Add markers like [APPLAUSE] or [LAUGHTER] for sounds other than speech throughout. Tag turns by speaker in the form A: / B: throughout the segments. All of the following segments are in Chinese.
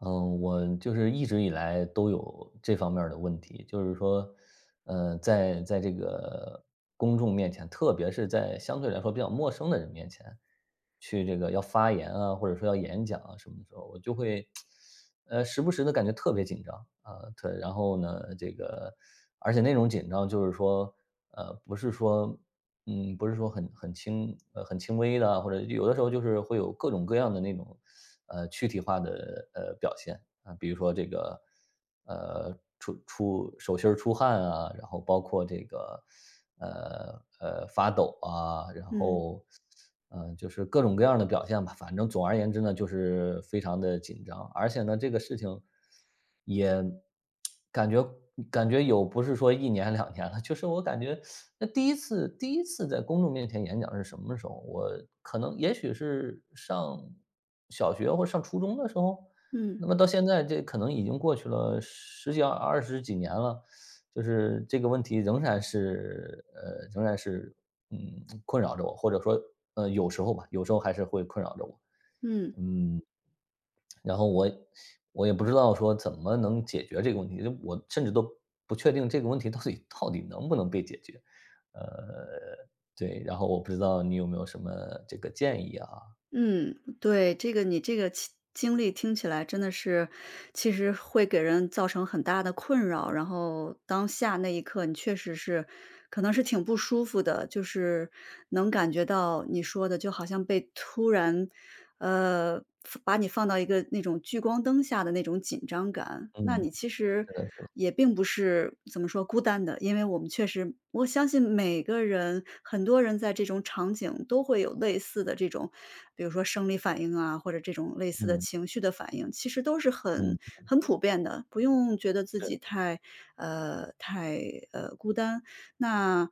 A: 嗯，我就是一直以来都有这方面儿的问题，就是说，在这个公众面前，特别是在相对来说比较陌生的人面前，去这个要发言啊，或者说要演讲啊什么的时候，我就会，时不时的感觉特别紧张啊，特然后呢，这个而且那种紧张就是说，呃，不是说不是说很轻很轻微的啊或者有的时候就是会有各种各样的那种，躯体化的，表现。啊，比如说这个，出手心儿出汗啊，然后包括这个，发抖啊，然
B: 嗯
A: 后，就是各种各样的表现吧。反正总而言之呢，就是非常的紧张，而且呢，这个事情感觉感觉有不是说一年两年了，就是我感觉那第一次在公众面前演讲是什么时候？我可能也许是上小学或上初中的时候？
B: 嗯
A: 那么到现在这可能已经过去了十几二十几年了，就是这个问题仍然是仍然是，嗯，困扰着我，或者说，有时候吧，有时候还是会困扰着我，
B: 嗯
A: 嗯。然后我也不知道说怎么能解决这个问题，就我甚至都不确定这个问题到底 [LAUGHS] 到底能不能被解决。呃，对，然后我不知道你有没有什么这个建议啊？
B: 嗯，对，你这个经历听起来真的是，其实会给人造成很大的困扰。然后当下那一刻，你确实是，可能是挺不舒服的，就是能感觉到你说的，就好像被突然，呃，把你放到一个那种聚光灯下的那种紧张感。那
A: 嗯，
B: 你其实
A: 是的，
B: 也并不是怎么说孤单的，因为我们确实我相信每个人很多人在这种场景都会有类似的这种，比如说生理反应啊，或者这种类似的
A: 嗯
B: 情绪的反应，其实都是
A: 嗯，
B: 很普遍的，不用觉得自
A: 是
B: 己
A: 是。
B: 太太，孤单。那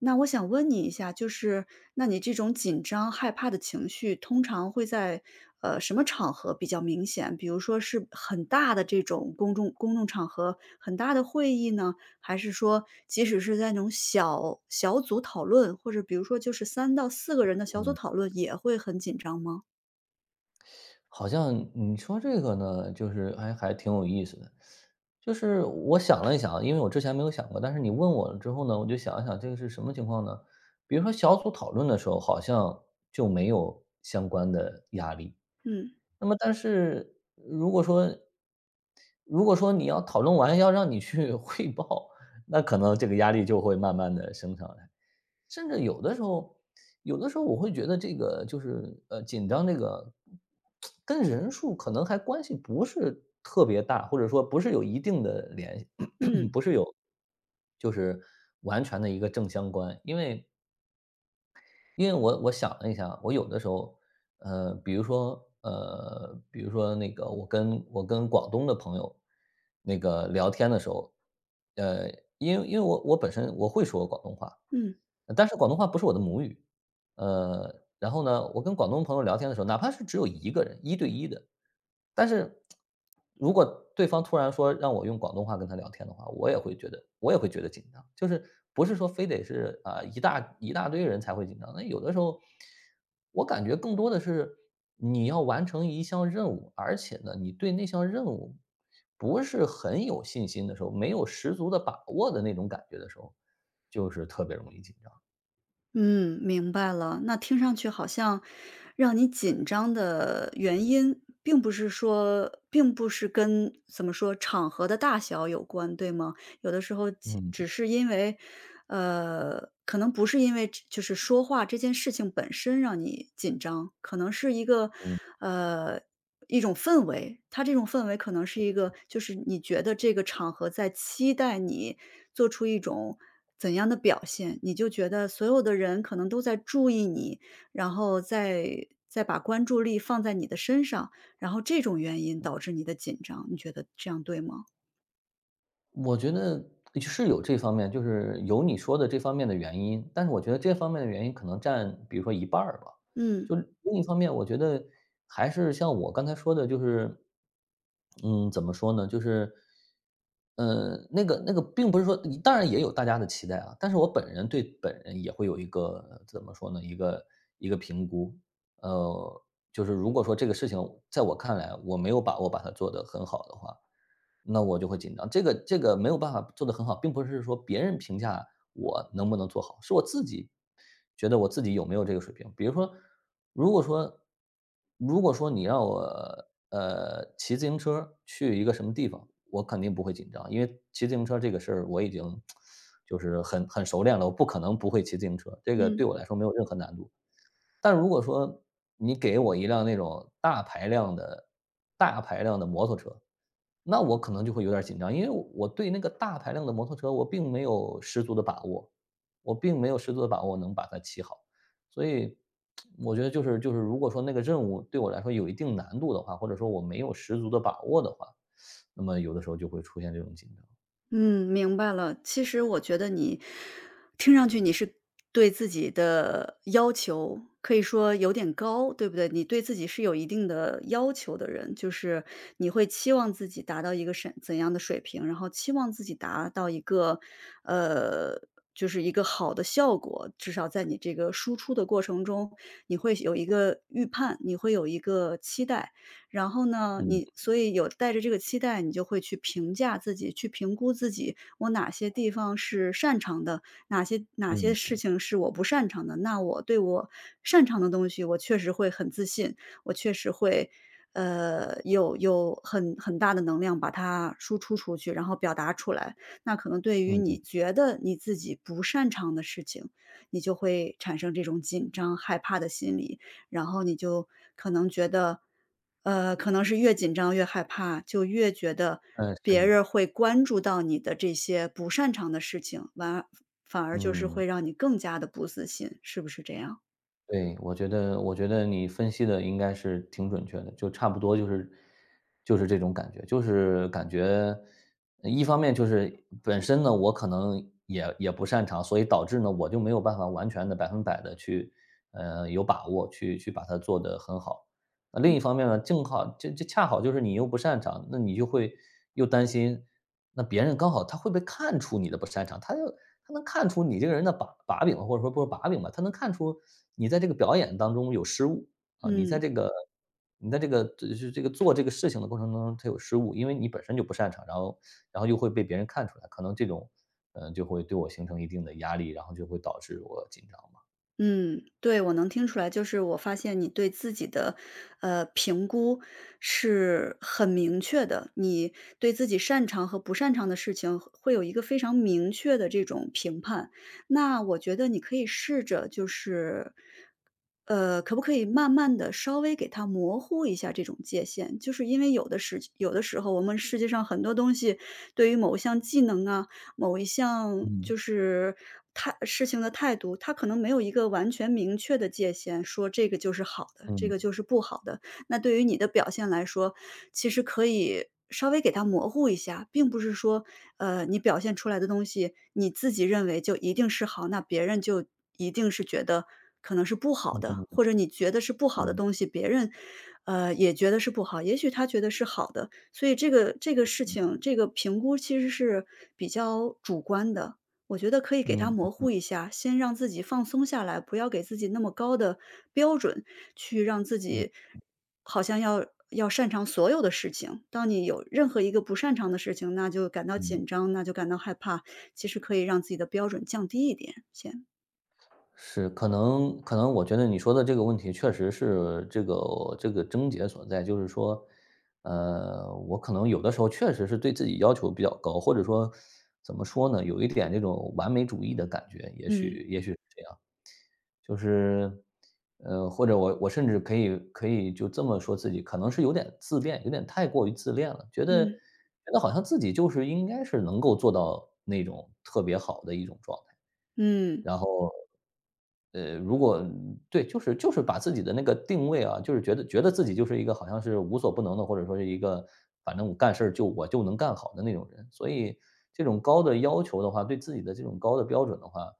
B: 那我想问你一下，就是那你这种紧张、害怕的情绪，通常会在什么场合比较明显？比如说是很大的这种公众场合、很大的会议呢，还是说即使是在那种小组讨论，或者比如说就是三到四个人的小组讨论，也会很紧张吗？
A: 好像你说这个呢，就是还挺有意思的。就是我想了一想啊，因为我之前没有想过，但是你问我了之后呢，我就想一想这个是什么情况呢？比如说小组讨论的时候，好像就没有相关的压力。
B: 嗯
A: 那么但是如果说你要讨论完要让你去汇报，那可能这个压力就会慢慢的升上来。甚至有的时候，有的时候我会觉得这个就是，紧张这个跟人数可能还关系不是特别大，或者说不是有一定的联系，[CLEARS THROAT]
B: 嗯
A: 不是有就是完全的一个正相关。因为我想了一下，我有的时候，比如说那个，我跟广东的朋友那个聊天的时候，呃，因为我本身我会说广东话，
B: 嗯。
A: 但是广东话不是我的母语，呃，然后呢，我跟广东朋友聊天的时候，哪怕是只有一个人，一对一的，但是如果对方突然说让我用广东话跟他聊天的话，我也会觉得紧张。就是不是说非得是啊、一大堆人才会紧张，那有的时候我感觉更多的是你要完成一项任务，而且呢，你对那项任务不是很有信心的时候，没有十足的把握的那种感觉的时候，就是特别容易紧张。
B: 嗯，明白了。那听上去好像让你紧张的原因，并不是跟怎么说场合的大小有关，对吗？有的时候
A: 嗯。
B: 只是因为，可能不是因为就是说话这件事情本身让你紧张，可能是一个，呃，一种氛围，它这种氛围可能是一个就是你觉得这个场合在期待你做出一种怎样的表现，你就觉得所有的人可能都在注意你，然后再把关注力放在你的身上，然后这种原因导致你的紧张，你觉得这样对吗？
A: 我觉得是有这方面，就是有你说的这方面的原因，但是我觉得这方面的原因可能占比如说一半儿吧。
B: 嗯。
A: 就是另一方面，我觉得还是像我刚才说的，就是嗯，怎么说呢？就是，那个，并不是说，当然也有大家的期待啊，但是我本人对本人也会有一个怎么说呢？一个评估，呃，就是如果说这个事情在我看来，我没有把握把它做得很好的话，那我就会紧张。这个没有办法做得很好，并不是说别人评价我能不能做好，是我自己觉得我自己有没有这个水平。比如说，如果说如果说你让我，骑自行车去一个什么地方，我肯定不会紧张，因为骑自行车这个事儿我已经就是很熟练了，我不可能不会骑自行车，这个
B: 嗯。
A: 对我来说没有任何难度。但如果说你给我一辆那种大排量的摩托车，那我可能就会有点儿紧张，因为我对那个大排量的摩托车，我并没有十足的把握，我并没有十足的把握能把它骑好。所以我觉得就是如果说那个任务对我来说有一定难度的话，或者说我没有十足的把握的话，那么有的时候就会出现这种紧张。
B: 嗯，明白了。其实我觉得你听上去你是对自己的要求可以说有点高，对不对？你对自己是有一定的要求的人，就是你会期望自己达到一个怎样的水平，然后期望自己达到一个，呃，就是一个好的效果。至少在你这个输出的过程中，你会有一个预判，你会有一个期待。然后呢，
A: 嗯
B: 所以有带着这个期待，你就会去评价自己，去评估自己，我哪些地方是擅长的，哪
A: 嗯
B: 些事情是我不擅长的。那我对我擅长的东西，我确实会很自信，我确实会，有很大的能量把它输出出去，然后表达出来。那可能对于
A: 嗯，
B: 你
A: 嗯，
B: 觉得你自己不擅长的事情，你就会产生这种紧张、害怕的心理。然后你就可能觉得，可能是越紧张越害怕，就越觉得
A: 嗯
B: 别
A: 是，
B: 人会关注到你的这些不擅长的事情，反而就是
A: 嗯。
B: 会让你更加的不自信，是不是这样？
A: 对，我觉得你分析的应该是挺准确的，就差不多就是这种感觉。就是感觉一方面就是本身呢，我可能也不擅长，所以导致呢，我就没有办法完全的百分百的去，有把握去把它做得很好。那另一方面呢，正好这恰好就是你又不擅长，那你就会又担心，那别人刚好他会不会看出你的不擅长，他就。他能看出你这个人的把柄，或者说不是把柄吧，他能看出你在这个表演当中有失误，啊，你在
B: 嗯。
A: 这个你在这个就是这个做这个事情的过程当中，他有失误，因为你本身就不擅长，然后又会被别人看出来，可能这种嗯，就会对我形成一定的压力，然后就会导致我紧张嘛。
B: 嗯，对，我能听出来，就是我发现你对自己的，评估是很明确的，你对自己擅长和不擅长的事情会有一个非常明确的这种评判。那我觉得你可以试着就是，可不可以慢慢的稍微给它模糊一下这种界限？就是因为有的时候我们世界上很多东西，对于某项技能啊，某一项就
A: 嗯，
B: 是事情的态度，他可能没有一个完全明确的界限，说这个就是好的，这
A: 嗯，
B: 个就是不好的。那对于你的表现来说，其实可以稍微给他模糊一下，并不是说，你表现出来的东西，你自己认为就一定是好，那别人就一定是觉得可能是不好的，
A: 嗯，
B: 或者你觉得是不好的
A: 嗯，
B: 东西，别人，也觉得是不好，也许他觉得是好的。所以这个事情，这个评估其实是比较主观的，我觉得可以给
A: 嗯，
B: 它
A: 嗯，
B: 模糊一下，先让自己放松下来，不要给自己那么高的标准，去让自己
A: 嗯
B: 好像要擅长所有的事情。当你有任何一个不擅长的事情，那就感到
A: 嗯。
B: 紧张，那就感到害怕，其实可以让自己的标准降低一点，先。
A: 是，可能我觉得你说的这个问题确实是这个症结所在，就是说，我可能有的时候确实是对自己要求比较高，或者说怎么说呢，有一点这种完美主义的感觉，也
B: 嗯，
A: 许也许是这样，就是，或者我甚至可以就这么说自己，可能是有点自恋，有点太过于自恋了，觉得觉
B: 嗯，
A: 得好像自己就是应该是能够做到那种特别好的一种状态，
B: 嗯。
A: 然后。如果对，就是把自己的那个定位啊，就是觉得自己就是一个好像是无所不能的，或者说是一个反正我干事儿就我就能干好的那种人。所以这种高的要求的话，对自己的这种高的标准的话，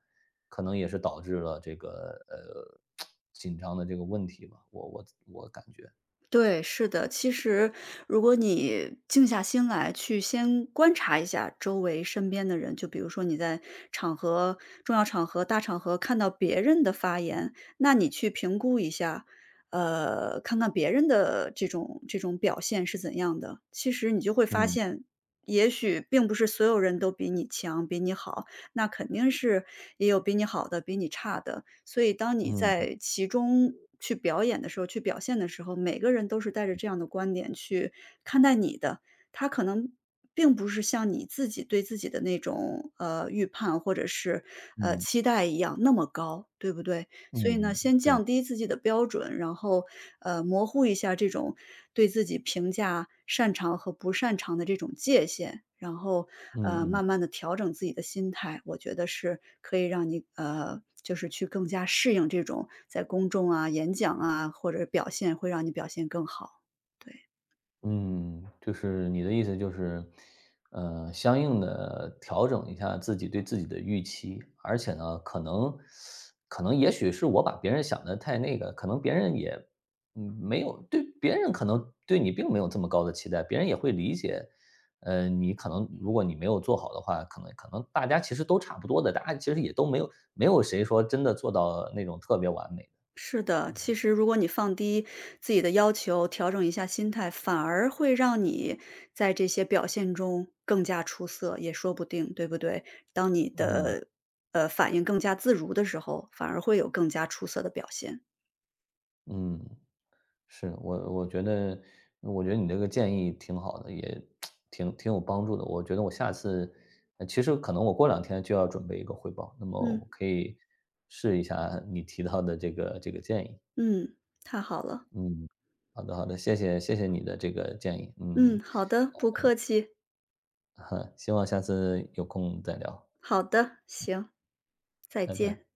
A: 可能也是导致了这个呃紧张的这个问题吧。我感觉，
B: 对，是的。其实如果你静下心来去先观察一下周围身边的人，就比如说你在场合重要场合、大场合看到别人的发言，那你去评估一下，看看别人的这种表现是怎样的。其实你就会发
A: 嗯
B: 现，也许并不是所有人都比你强、比你好，那肯定是也有比你好的，比你差的。所以当你
A: 嗯
B: 在其中去表演的时候，去表现的时候，每个人都是带着这样的观点去看待你的。他可能并不是像你自己对自己的那种，预判或者是，
A: 嗯
B: 期待一样那么高，对不对？所以呢，
A: 嗯，
B: 先
A: 对，
B: 降低自己的标准，然后，模糊一下这种对自己评价擅长和不擅长的这种界限，然后，
A: 嗯
B: 慢
A: 嗯。
B: 慢的调整自己的心态，我觉得是可以让你，就是去更加适应这种在公众啊、演讲啊，或者表现会让你表现更好，对。
A: 嗯，就是你的意思就是，相应的调整一下自己对自己的预期，而且呢，可能也许是我把别人想的太那个，可能别人也，嗯，没有对别人可能对你并没有这么高的期待，别人也会理解，你可能如果你没有做好的话，可能大家其实都差不多的，大家其实也都没有谁说真的做到那种特别完美的，
B: 是的，其实如果你放低自己的要求，调整一下心态，反而会让你在这些表现中更加出色，也说不定，对不对？当你
A: 嗯，
B: 的反应更加自如的时候，反而会有更加出色的表现。
A: 嗯。是，我觉得你这个建议挺好的，也挺有帮助的。我觉得我下次其实可能我过两天就要准备一个汇报，那么
B: 嗯
A: 我可以试一下你提到的这个建议。
B: 嗯，太好了。
A: 嗯，好的好的，谢谢你的这个建议。
B: 嗯，
A: 嗯，
B: 好的，不客气。
A: [LAUGHS] 希望下次有空再聊，
B: 好的，行，再
A: 拜拜。
B: 见。